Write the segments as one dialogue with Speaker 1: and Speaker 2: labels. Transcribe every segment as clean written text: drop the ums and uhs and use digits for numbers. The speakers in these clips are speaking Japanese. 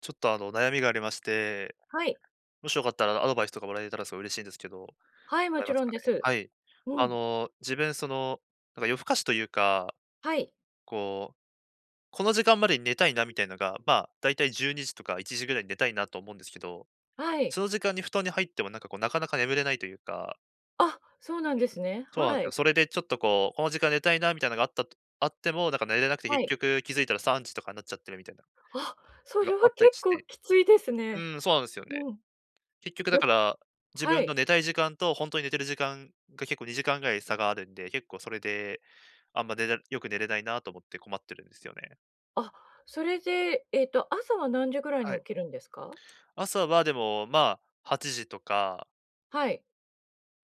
Speaker 1: ちょっと悩みがありまして、
Speaker 2: はい。
Speaker 1: もしよかったらアドバイスとかもらえたらすごい嬉しいんですけど、も
Speaker 2: はい、も
Speaker 1: らえ
Speaker 2: ち
Speaker 1: ます
Speaker 2: ろん
Speaker 1: か
Speaker 2: で
Speaker 1: ね？
Speaker 2: す。
Speaker 1: はい。
Speaker 2: うん。
Speaker 1: 自分なんか夜更かしというか、
Speaker 2: はい。
Speaker 1: こう、この時間までに寝たいなみたいなのが、まあ、だいたい12時とか1時ぐらいに寝たいなと思うんですけど、
Speaker 2: はい。
Speaker 1: その時間に布団に入ってもなんかこう、なかなか眠れないというか、
Speaker 2: あ、そうなんですね。
Speaker 1: そうなんで
Speaker 2: は
Speaker 1: すよ。
Speaker 2: い。
Speaker 1: それでちょっとこう、この時間寝たいなみたいなのがあったとあっても、なんか寝れなくて
Speaker 2: は
Speaker 1: 結
Speaker 2: い。
Speaker 1: 局気づいたら3時とかになっちゃってるみたいな
Speaker 2: あ、
Speaker 1: こ
Speaker 2: そ
Speaker 1: と
Speaker 2: れ
Speaker 1: があ
Speaker 2: は
Speaker 1: ったり
Speaker 2: 結
Speaker 1: し
Speaker 2: 構
Speaker 1: て。
Speaker 2: きついです
Speaker 1: う
Speaker 2: ね。
Speaker 1: ん、そうなんですよね。
Speaker 2: うん。
Speaker 1: 結局だ
Speaker 2: よ
Speaker 1: か
Speaker 2: く
Speaker 1: ら、自
Speaker 2: は
Speaker 1: 分の
Speaker 2: い。
Speaker 1: 寝たい時間と本当に寝てる時間が結構2時間ぐらい差があるんで、結構それで、あんま寝れよく寝れないなと思って困ってるんですよね。
Speaker 2: あ、それで、朝は何時ぐらいに
Speaker 1: は
Speaker 2: 起
Speaker 1: い。
Speaker 2: きるんですか？
Speaker 1: 朝はでも、まあ、8時とか、
Speaker 2: はい。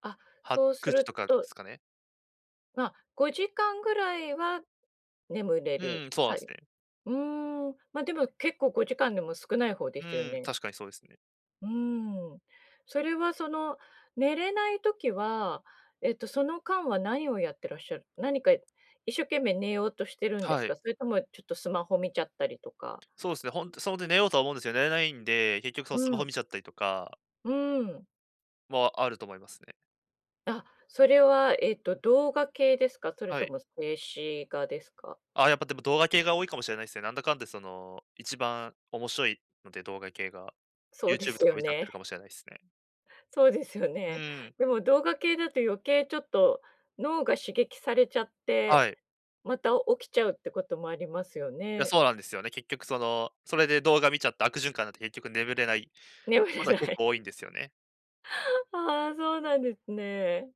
Speaker 2: あ、そうす
Speaker 1: 9時
Speaker 2: る
Speaker 1: とかで
Speaker 2: と、
Speaker 1: すかね。
Speaker 2: 5時間ぐらいは眠れ
Speaker 1: う
Speaker 2: る、
Speaker 1: ん、そうな
Speaker 2: さ
Speaker 1: んです
Speaker 2: い
Speaker 1: ね。
Speaker 2: うーん、でも結構5時間でも少ない方で
Speaker 1: う
Speaker 2: すよ
Speaker 1: ん、
Speaker 2: ね。
Speaker 1: 確かにそうですね。
Speaker 2: うん。それはその、寝れない時は、その間は何をやってらっしゃる？何か一生懸命寝ようとしてるんです
Speaker 1: は
Speaker 2: か？
Speaker 1: い。
Speaker 2: それともちょっとスマホ見ちゃったりとか。
Speaker 1: そうですね、ほんと、それで寝ようとは思うんですよ。寝れないんで、結局その
Speaker 2: う
Speaker 1: スマ
Speaker 2: ん、
Speaker 1: ホ見ちゃったりとか
Speaker 2: うん。
Speaker 1: もあると思いますね。
Speaker 2: あ、それは、動画系ですか？それ
Speaker 1: は
Speaker 2: と
Speaker 1: い。
Speaker 2: も静止画ですか？
Speaker 1: やっぱでも動画系が多いかもしれないですね。なんだかんだその、一番面白いので、動画系が。
Speaker 2: そうで
Speaker 1: YouTube
Speaker 2: す
Speaker 1: とか
Speaker 2: よ
Speaker 1: 見ちゃって
Speaker 2: ね。
Speaker 1: るかもしれないですね。
Speaker 2: そうですよ
Speaker 1: う
Speaker 2: ね。
Speaker 1: ん。
Speaker 2: でも動画系だと余計ちょっと脳が刺激されちゃって、
Speaker 1: はい。
Speaker 2: また起きちゃうってこともありますよ
Speaker 1: いや、
Speaker 2: ね。
Speaker 1: そうなんですよね。結局その、それで動画見ちゃって悪循環になって結局眠れない
Speaker 2: 眠
Speaker 1: こ
Speaker 2: れ
Speaker 1: とが
Speaker 2: な
Speaker 1: 結
Speaker 2: い。
Speaker 1: 構多いんですよね。
Speaker 2: ああ、そうなんですね。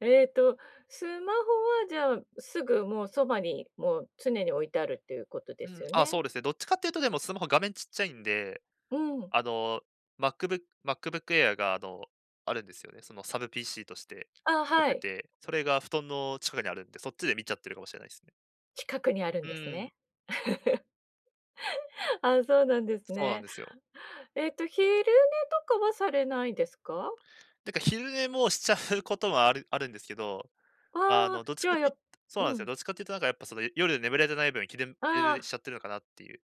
Speaker 2: えっと、スマホはじゃあ、すぐもうそばに、もう常に置いてあるっていうことで
Speaker 1: う
Speaker 2: す
Speaker 1: ん、
Speaker 2: よ
Speaker 1: あ、
Speaker 2: ね。
Speaker 1: そうですね。どっちかっていうとでもスマホ画面ちっちゃいんで、
Speaker 2: うん。
Speaker 1: あの、MacBook Air があるんですよね。そのサブ PC として
Speaker 2: あ、
Speaker 1: 持っ
Speaker 2: はい。
Speaker 1: てて、それが布団の近くにあるんで、そっちで見ちゃってるかもしれないですね。
Speaker 2: 近くにあるん
Speaker 1: う
Speaker 2: ですね。
Speaker 1: ん、
Speaker 2: あ、そうなんです
Speaker 1: そうなん
Speaker 2: ね。
Speaker 1: ですよ。
Speaker 2: 昼寝とかはされないですか？
Speaker 1: だから昼寝もしちゃうこともあるんですけど、
Speaker 2: あ
Speaker 1: あ
Speaker 2: あ、
Speaker 1: の、どっち
Speaker 2: じゃ
Speaker 1: か
Speaker 2: あ、
Speaker 1: っ
Speaker 2: や
Speaker 1: ていう
Speaker 2: っ
Speaker 1: そうなん
Speaker 2: う
Speaker 1: ですよ。
Speaker 2: ん。
Speaker 1: どっちかっていうとなんかやっぱその、夜眠れてない分、
Speaker 2: あ
Speaker 1: 気で
Speaker 2: あ、
Speaker 1: しちゃってるのかなっていう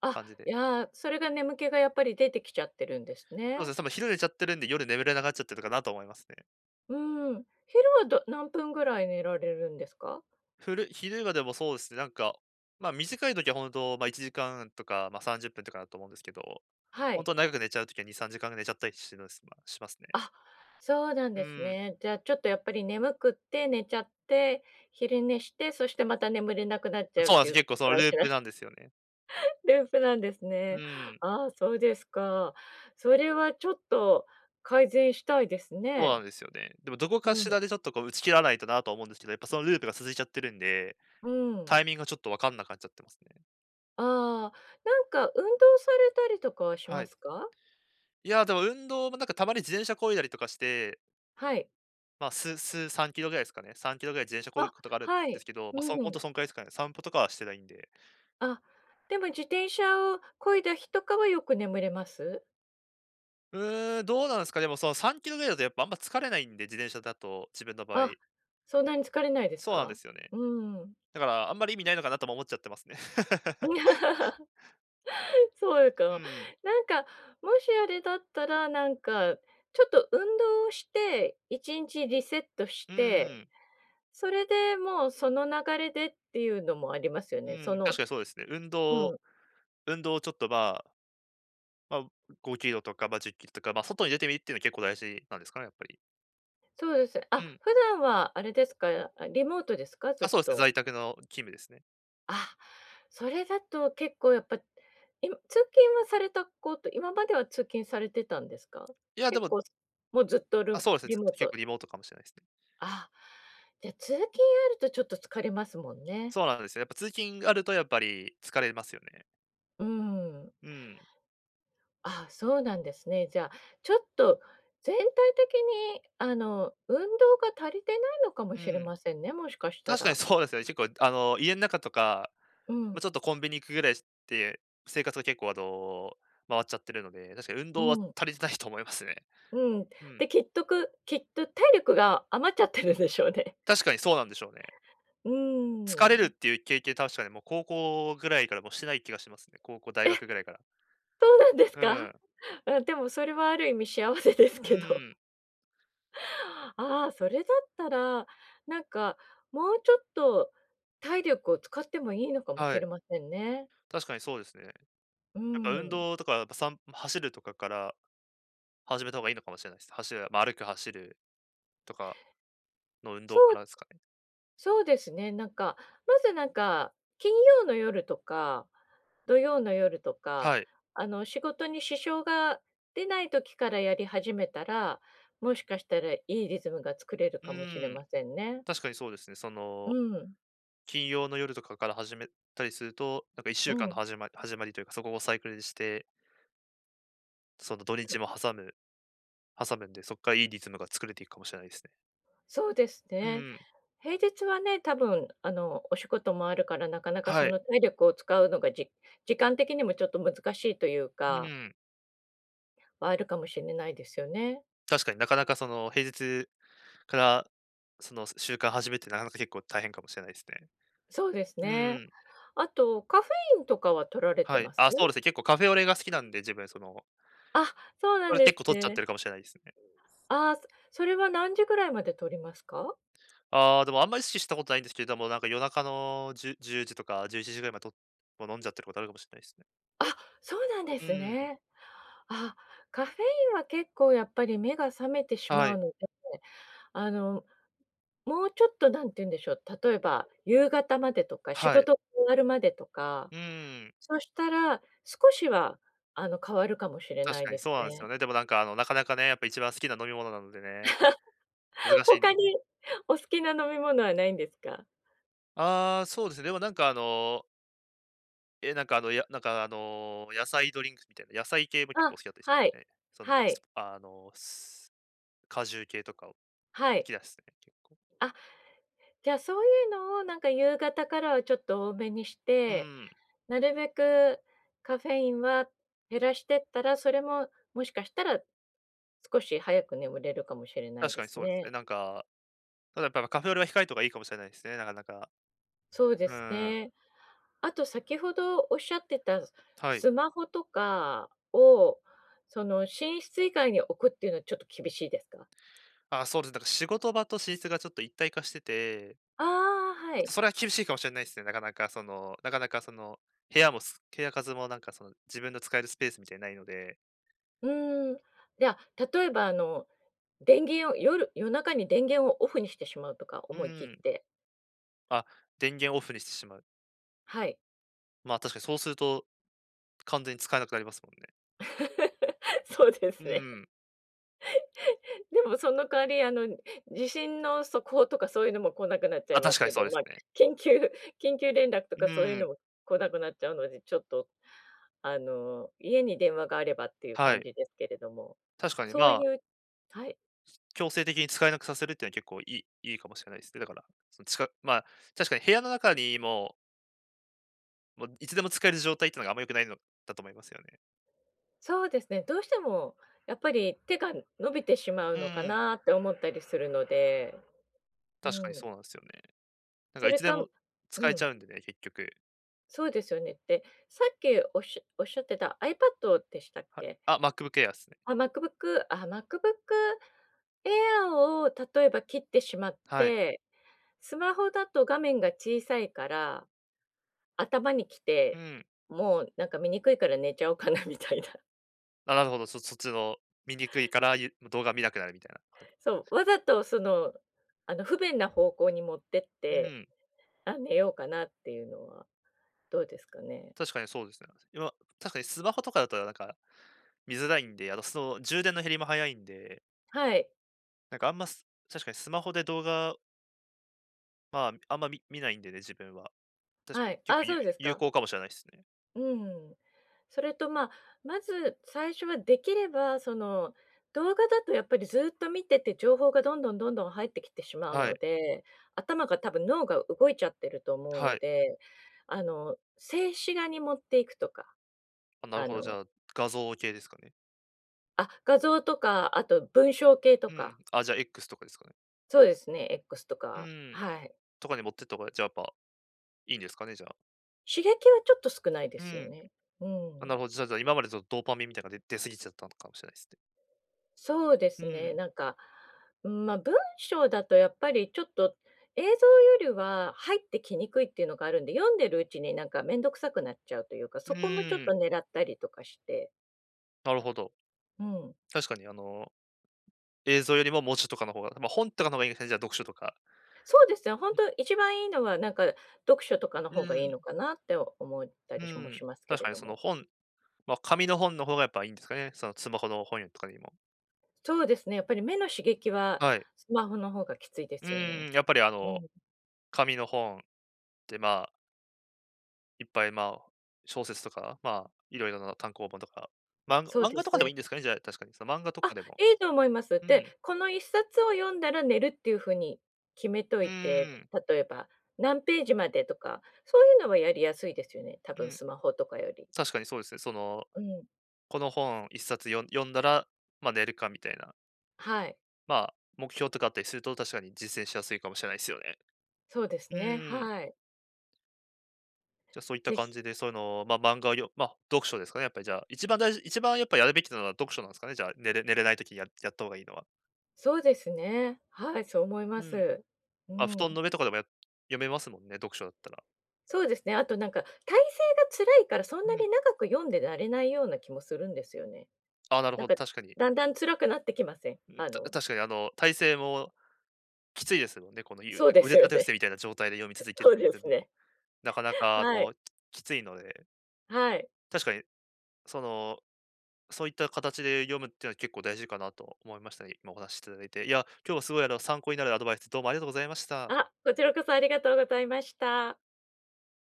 Speaker 2: あ、
Speaker 1: 感じ
Speaker 2: い
Speaker 1: で。
Speaker 2: やー、それが眠気がやっぱり出てきちゃってるんです
Speaker 1: そう
Speaker 2: ね。
Speaker 1: ですね、多分昼寝ちゃってるんで、夜眠れなくなっちゃってるかなと思いますね。
Speaker 2: うん。昼はど何分ぐらい寝られるんですか？
Speaker 1: 昼がでもそうですね、なんか、短い時は本当、1時間とか、30分とかだと思うんですけど、
Speaker 2: は
Speaker 1: 本
Speaker 2: い。
Speaker 1: 当長く寝ちゃう時は2、3時間寝ちゃったりしてるんですまあしますね。
Speaker 2: あ、そうなん
Speaker 1: う
Speaker 2: です
Speaker 1: ん。
Speaker 2: ね。じゃあ、ちょっとやっぱり眠くって寝ちゃって、昼寝して、そしてまた眠れなくなっちゃう
Speaker 1: そ
Speaker 2: っ
Speaker 1: うな
Speaker 2: て
Speaker 1: んで
Speaker 2: い
Speaker 1: す、
Speaker 2: う繰り
Speaker 1: 結構その
Speaker 2: 返
Speaker 1: ルー
Speaker 2: しな。
Speaker 1: プなんですよね。
Speaker 2: ループなんです
Speaker 1: う
Speaker 2: ね。
Speaker 1: ん。
Speaker 2: ああ、そうですか。それはちょっと改善したいです
Speaker 1: そうな
Speaker 2: ね。
Speaker 1: んですよね。でもどこ
Speaker 2: う
Speaker 1: かし
Speaker 2: ん。
Speaker 1: らでちょっとこう打ち切らないとなとは思うんですけど、やっぱそのループが続いちゃってるんで、
Speaker 2: うん。
Speaker 1: タイミングがちょっとわかんなくなっちゃってますね。
Speaker 2: ああ、なんか運動されたりとかはし
Speaker 1: は
Speaker 2: ま
Speaker 1: い。
Speaker 2: すか？
Speaker 1: いや、でも運動もなんかたまに自転車漕いだりとかして、
Speaker 2: はい。
Speaker 1: まあ、3キロぐらいですかね。3キロぐらい自転車漕
Speaker 2: あ、
Speaker 1: ぐことがあるん
Speaker 2: は
Speaker 1: です
Speaker 2: い。
Speaker 1: けど、まあ、
Speaker 2: う
Speaker 1: ほん
Speaker 2: ん。
Speaker 1: とそんくらいですかね。散歩とかはしてないんで。
Speaker 2: あ、でも自転車を漕いだ日とかはよく眠れます？
Speaker 1: うーん、どうなんですか、でもその3キロぐらいだとやっぱあんま疲れないんで、自転車だと、自分の場合。
Speaker 2: あ、そんなに疲れないです
Speaker 1: そうなんで
Speaker 2: か？
Speaker 1: すよね。
Speaker 2: うん。
Speaker 1: だからあんまり意味ないのかなとも思っちゃってますね。
Speaker 2: そう
Speaker 1: う
Speaker 2: か。
Speaker 1: ん。
Speaker 2: なんか、もしあれだったら、なんか、ちょっと運動をして、1日リセットし
Speaker 1: う
Speaker 2: て、
Speaker 1: ん。
Speaker 2: それでもうその流れでっていうのもありますよ
Speaker 1: う
Speaker 2: ね。そ
Speaker 1: ん、確
Speaker 2: の
Speaker 1: かにそうですね。
Speaker 2: うん、
Speaker 1: 運動をちょっとまあ、まあ、5キロとか、まあ、10キロとか、まあ、外に出てみるっていうのは結構大事なんですかね、やっぱり。
Speaker 2: そうですね。あ、
Speaker 1: うん。
Speaker 2: 普段はあれですか、リモートですか？
Speaker 1: あ、
Speaker 2: ず
Speaker 1: そ
Speaker 2: っ
Speaker 1: うですね、
Speaker 2: と。
Speaker 1: 在宅の勤務ですね。
Speaker 2: あ、それだと結構やっぱ、い通勤はされたこと、今までは通勤されてたんですか？
Speaker 1: いや、で
Speaker 2: 結
Speaker 1: も
Speaker 2: 構、もうずっとル
Speaker 1: そうですね、
Speaker 2: リ
Speaker 1: ずっ
Speaker 2: モ
Speaker 1: と
Speaker 2: ー
Speaker 1: 結
Speaker 2: ト。
Speaker 1: 構リモートかもしれないですね。
Speaker 2: あ、じゃ、通勤あるとちょっと疲れますもんね。
Speaker 1: そうなんですよ。やっぱ通勤あるとやっぱり疲れますよね。
Speaker 2: うん。
Speaker 1: うん。
Speaker 2: あ、そうなんですね。じゃあ、ちょっと全体的に、あの、運動が足りてないのかも
Speaker 1: う
Speaker 2: しれ
Speaker 1: ん。
Speaker 2: ませんね、もしかした
Speaker 1: 確かに
Speaker 2: ら。
Speaker 1: そうですよね。結構家の中とか、
Speaker 2: う
Speaker 1: まあ、
Speaker 2: ん、
Speaker 1: ちょっとコンビニ行くぐらいして、生活が結構回っちゃってるので、確かに運動は
Speaker 2: うん、
Speaker 1: 足りてないと思いますね。
Speaker 2: うん。
Speaker 1: うん。
Speaker 2: で、きっとくきっと体力が余っちゃってるんでしょうね。
Speaker 1: 確かにそうなんでしょうね。
Speaker 2: う
Speaker 1: 疲れるっ
Speaker 2: ん。
Speaker 1: ていう経験、確かにもう高校ぐらいからもうしてない気がしますね。高校、大学ぐらいから。
Speaker 2: そうなんです
Speaker 1: う
Speaker 2: か？
Speaker 1: ん。
Speaker 2: あ、でもそれはある意味幸せです
Speaker 1: う
Speaker 2: けど。
Speaker 1: ん。
Speaker 2: ああ、それだったら、なんか、もうちょっと体力を使ってもいいのかも
Speaker 1: は
Speaker 2: しれ
Speaker 1: い。
Speaker 2: ませんね。
Speaker 1: 確かにそうですね。や
Speaker 2: う
Speaker 1: っぱ運
Speaker 2: ん。
Speaker 1: 動とか、やっぱ散歩走るとかから始めた方がいいのかもしれないです。走る、まあ、歩く、走るとかの運
Speaker 2: そ
Speaker 1: 動か
Speaker 2: う
Speaker 1: らですかね。
Speaker 2: そうですね、なんか、まずなんか、金曜の夜とか、土曜の夜とか、
Speaker 1: はい。
Speaker 2: あの、仕事に支障が出ない時からやり始めたら、もしかしたらいいリズムが作れる
Speaker 1: う
Speaker 2: かもしれ
Speaker 1: ーん、
Speaker 2: ませんね。
Speaker 1: 確かにそうですね。そ
Speaker 2: う
Speaker 1: の、
Speaker 2: ん、
Speaker 1: 金曜の夜とかから始めたりすると、なんか1
Speaker 2: う
Speaker 1: 週間の
Speaker 2: ん。
Speaker 1: 始まりというか、そこをサイクルにして、その土日も挟むんで、そこからいいリズムが作れていくかもしれないですね。
Speaker 2: そうです
Speaker 1: う
Speaker 2: ね。
Speaker 1: ん、
Speaker 2: 平日はね、多分あの、お仕事もあるから、なかなかそ
Speaker 1: はい。
Speaker 2: の体力を使うのが、じ時間的にもちょっと難しいという
Speaker 1: う
Speaker 2: か、
Speaker 1: ん、
Speaker 2: はあるかもしれないですよね。
Speaker 1: 確かになかなかその平日から、その習慣始めってなかなか結構大変かもしれないですね。
Speaker 2: そうです
Speaker 1: う
Speaker 2: ね。
Speaker 1: ん、
Speaker 2: あと、カフェインとかは取られて
Speaker 1: は
Speaker 2: ま
Speaker 1: い。
Speaker 2: す？
Speaker 1: あ、そうですね、結構カフェオレが好きなんで、自分その、
Speaker 2: あ、そうな
Speaker 1: そ
Speaker 2: ん
Speaker 1: れ
Speaker 2: で
Speaker 1: 結
Speaker 2: す
Speaker 1: 構取っちゃって
Speaker 2: ね。
Speaker 1: るかもしれないですね。
Speaker 2: あそそれは何時ぐらいまで取りますか？
Speaker 1: ああ、でもあんまり意識したことないんですけど、でもなんか夜中の10時とか11時ぐらいまでともう飲んじゃってることあるかもしれないですね。
Speaker 2: あ、そうなんで
Speaker 1: う
Speaker 2: す
Speaker 1: ん。
Speaker 2: ね。あ、カフェインは結構やっぱり目が覚めてし
Speaker 1: は
Speaker 2: まう
Speaker 1: い、
Speaker 2: ので、あのもうちょっとなんて言うんでしょう、例えば夕方までとか、仕
Speaker 1: はい。
Speaker 2: 事終わるまでとか、
Speaker 1: うん。
Speaker 2: そしたら少しは、あの、変わるかもしれな
Speaker 1: 確
Speaker 2: い
Speaker 1: かに
Speaker 2: です
Speaker 1: そうなんです
Speaker 2: ね。
Speaker 1: よね。でもなんかなかなかね、やっぱ一番好きな飲み物なのでね、難 しいんで
Speaker 2: 他
Speaker 1: す。
Speaker 2: にお好きな飲み物はないんですか？
Speaker 1: ああ、そうですね。でもなんかなんかなんか野菜ドリンクみたいな、野菜系も結
Speaker 2: あ、
Speaker 1: 構好きだったりし
Speaker 2: はい。
Speaker 1: ますね。その、
Speaker 2: はい。
Speaker 1: スあの、ス果汁系とかを好
Speaker 2: はい。
Speaker 1: きですね、結構。
Speaker 2: あ、じゃあ、そういうのをなんか夕方からはちょっと多めにし
Speaker 1: う
Speaker 2: て、
Speaker 1: ん。
Speaker 2: なるべくカフェインは減らしてったら、それももしかしたら少し早く眠れるかもしれない
Speaker 1: 確
Speaker 2: で
Speaker 1: かに
Speaker 2: す
Speaker 1: そうですね。
Speaker 2: ね。
Speaker 1: なんか、ただやっぱカフェオレは控えたかがいいかもしれないですね、なかなか。
Speaker 2: そうで
Speaker 1: う
Speaker 2: す
Speaker 1: ん、
Speaker 2: ね。あと先ほどおっしゃってた、
Speaker 1: はい。
Speaker 2: スマホとかを、その、寝室以外に置くっていうのはちょっと厳しいですか？
Speaker 1: あ、そうです。なんか仕事場と寝室がちょっと一体化してて、
Speaker 2: ああ、は
Speaker 1: ちょっと
Speaker 2: い。
Speaker 1: それは厳しいかもしれないですね。なかなかその、部屋数もなんかその、自分の使えるスペースみたいにないので、
Speaker 2: うーん。じゃあ、例えば、あの、電源を夜夜中に電源をオフにしてしまうとか、
Speaker 1: う
Speaker 2: 思い切っ
Speaker 1: ん、
Speaker 2: て。
Speaker 1: あ、電源オフにしてしまう。
Speaker 2: はい。
Speaker 1: まあ、確かにそうすると、完全に使えなくなりますもんね。
Speaker 2: そうで
Speaker 1: う
Speaker 2: すね。
Speaker 1: ん。
Speaker 2: でもその代わり、あの、地震の速報とかそういうのも来なくなっちゃい
Speaker 1: あ、
Speaker 2: ま
Speaker 1: 確
Speaker 2: す
Speaker 1: かに
Speaker 2: け
Speaker 1: そ
Speaker 2: ど、
Speaker 1: うで
Speaker 2: ま
Speaker 1: す
Speaker 2: あ、
Speaker 1: ね。
Speaker 2: 緊急緊急連絡と
Speaker 1: う
Speaker 2: かそういう
Speaker 1: ん、
Speaker 2: のも来なくなっちゃうので、ちょっと、あの、家に電話があればっていう
Speaker 1: は
Speaker 2: 感
Speaker 1: い。
Speaker 2: じですけれども。
Speaker 1: 確かに
Speaker 2: そう
Speaker 1: ま
Speaker 2: い
Speaker 1: あ、
Speaker 2: うはい、
Speaker 1: 強制的に使えなくさせるっていうのは結構いいかもしれないですね。だから、そのちかまあ、確かに部屋の中にも、もういつでも使える状態っていうのがあんま良くないのだと思いますよね。
Speaker 2: そうですね、どうしてもやっぱり手が伸びてしまう
Speaker 1: う
Speaker 2: のか
Speaker 1: ん、
Speaker 2: なって思ったりするので、
Speaker 1: 確かに
Speaker 2: うん、
Speaker 1: そうなんですよね。なん
Speaker 2: そ
Speaker 1: かい
Speaker 2: れ
Speaker 1: つで
Speaker 2: か
Speaker 1: も
Speaker 2: う
Speaker 1: 使えち
Speaker 2: ん、
Speaker 1: ゃうんでね、結局。
Speaker 2: そうですよね。ってさっきおっしゃってた iPad でしたっ
Speaker 1: はい。
Speaker 2: け？
Speaker 1: あ、MacBook Air ですね。
Speaker 2: あ、MacBook あ、MacBookAir を例えば切ってしまっ
Speaker 1: はい。
Speaker 2: て、スマホだと画面が小さいから、頭にき
Speaker 1: う
Speaker 2: て、
Speaker 1: ん。
Speaker 2: もうなんか見にくいから寝ちゃおうかなみたいな。
Speaker 1: あ、なるほど、そっちの見にくいから、動画見なくなるみたいな感じ。
Speaker 2: そう、わざとその、あの不便な方向に持ってっ
Speaker 1: う
Speaker 2: て、
Speaker 1: ん、
Speaker 2: あ、寝ようかなっていうのはどうですかね。
Speaker 1: 確かにそうですね。今、確かにスマホとかだとなんか見づらいんで、あとその充電の減りも早いんで、
Speaker 2: はい、
Speaker 1: なんかあんまス、確かにスマホで動画、まあ、あんま見ないんでね、自分は。確か
Speaker 2: は
Speaker 1: に
Speaker 2: い。
Speaker 1: 結
Speaker 2: あ、
Speaker 1: 構
Speaker 2: そうです
Speaker 1: 有
Speaker 2: か。
Speaker 1: 効かもしれないですね。
Speaker 2: うん。それと、まあ、まず最初はできれば、その、動画だとやっぱりずっと見てて情報がどんどんどんどん入ってきてしまう
Speaker 1: は
Speaker 2: の
Speaker 1: い。
Speaker 2: で、頭が多分脳が動いちゃってると思う
Speaker 1: は
Speaker 2: の
Speaker 1: い。
Speaker 2: で、あの、静止画に持っていくとか、
Speaker 1: あ、なる
Speaker 2: あ
Speaker 1: ほど、じ
Speaker 2: の、
Speaker 1: ゃあ、画像系ですかね。
Speaker 2: あ、画像とか、あと文章系と
Speaker 1: う
Speaker 2: か、
Speaker 1: ん、あ、じゃあ X とかですかね。
Speaker 2: そうですね、X と
Speaker 1: う
Speaker 2: か、
Speaker 1: ん。
Speaker 2: はい。
Speaker 1: とかに持ってった方が、じゃあ、やっぱいいんですかね、じゃあ。
Speaker 2: 刺激はちょっと少ないで
Speaker 1: う
Speaker 2: すよ
Speaker 1: ん。
Speaker 2: ね。う
Speaker 1: あ、な
Speaker 2: ん。
Speaker 1: るほど、じゃあ、今までちょっとドーパミンみたいなのが出過ぎちゃったのかもしれないですね。
Speaker 2: そうで
Speaker 1: う
Speaker 2: すね、
Speaker 1: ん、
Speaker 2: なんか、うん、まあ、文章だとやっぱりちょっと映像よりは入ってきにくいっていうのがあるんで、読んでるうちになんかめんどくさくなっちゃうというか、
Speaker 1: う
Speaker 2: そこもちょっ
Speaker 1: ー
Speaker 2: と
Speaker 1: ん。
Speaker 2: 狙ったりとかして、
Speaker 1: なるほど。
Speaker 2: うん。
Speaker 1: 確かに映像よりも文字とかの方が、まあ、本とかの方がいいんですね、じゃあ読書とか。
Speaker 2: そうですね、本当一番いいのはなんか読書とかの
Speaker 1: う
Speaker 2: 方がいい
Speaker 1: ん、
Speaker 2: のかなって思った
Speaker 1: う
Speaker 2: りも
Speaker 1: ん。
Speaker 2: しますけ
Speaker 1: 確
Speaker 2: れ
Speaker 1: かに
Speaker 2: ど
Speaker 1: その
Speaker 2: も。
Speaker 1: 本、まあ、紙の本の方がやっぱいいんですかね、そのスマホの本とかにも。
Speaker 2: そうですね、やっぱり目の刺激は
Speaker 1: はい。
Speaker 2: スマホの方がきついで
Speaker 1: う
Speaker 2: すよね。
Speaker 1: ーん、やっぱり
Speaker 2: うん、
Speaker 1: 紙の本ってまあ、いっぱいまあ、小説とか、まあ、いろいろな単行本とか、
Speaker 2: そう
Speaker 1: 漫
Speaker 2: で
Speaker 1: 画と
Speaker 2: す
Speaker 1: かでも
Speaker 2: ね。
Speaker 1: いいんですかね、じゃあ、確かに。その漫画と
Speaker 2: あ、
Speaker 1: かでも。
Speaker 2: いいと思います。
Speaker 1: う
Speaker 2: で、
Speaker 1: ん。
Speaker 2: この一冊を読んだら寝るっていう風に決めと
Speaker 1: う
Speaker 2: いて、
Speaker 1: ーん、
Speaker 2: 例えば何ページまでとか、そういうのはやりやすいですよね、多
Speaker 1: う
Speaker 2: 分
Speaker 1: ん。
Speaker 2: スマホとかより。
Speaker 1: 確かにそうですね。その、
Speaker 2: うん。
Speaker 1: この本一冊読んだら、まあ、寝るかみたいな、
Speaker 2: はい。
Speaker 1: まあ、目標とかあったりすると、確かに実践しやすいかもしれないですよね。
Speaker 2: そうで
Speaker 1: う
Speaker 2: すね、
Speaker 1: ーん。
Speaker 2: はい。
Speaker 1: じゃ、そういった
Speaker 2: ぜ
Speaker 1: 感
Speaker 2: ひ。
Speaker 1: じで、そういうのを、まあ、漫画をよまあ、読書ですかね、やっぱりじゃあ、一番やっぱやるべきなのは読書なんですかね、じゃあ、寝れないときにやった方がいいのは。
Speaker 2: そうですね。はい、そう思いま
Speaker 1: うん。
Speaker 2: す。う
Speaker 1: まあ、布団
Speaker 2: ん。
Speaker 1: の上とかでも読めますもんね、読書だったら。
Speaker 2: そうですね、あとなんか、体勢が辛いからそん
Speaker 1: う
Speaker 2: な
Speaker 1: ん。
Speaker 2: に長く読んでられないような気もするんですよね。
Speaker 1: ああ、なる
Speaker 2: なん
Speaker 1: ほど、
Speaker 2: か、
Speaker 1: 確かに。
Speaker 2: だんだん辛くなってきません？
Speaker 1: うん、
Speaker 2: あの
Speaker 1: 確かに体勢もきついですもんね、この
Speaker 2: そうで
Speaker 1: 腕
Speaker 2: す
Speaker 1: 立
Speaker 2: よ
Speaker 1: て伏
Speaker 2: ね。
Speaker 1: せみたいな状態で読み続け
Speaker 2: そう
Speaker 1: たり
Speaker 2: で
Speaker 1: する
Speaker 2: す
Speaker 1: のも。
Speaker 2: ね。
Speaker 1: なかなか
Speaker 2: はい、
Speaker 1: きついので、
Speaker 2: はい。
Speaker 1: 確かにその、そういった形で読むっていうのは結構大事かなと思いましたね、今お話しいただいて。いや、今日はすごい参考になるアドバイスどうもありがとうございました。
Speaker 2: あ、こちらこそありがとうございました。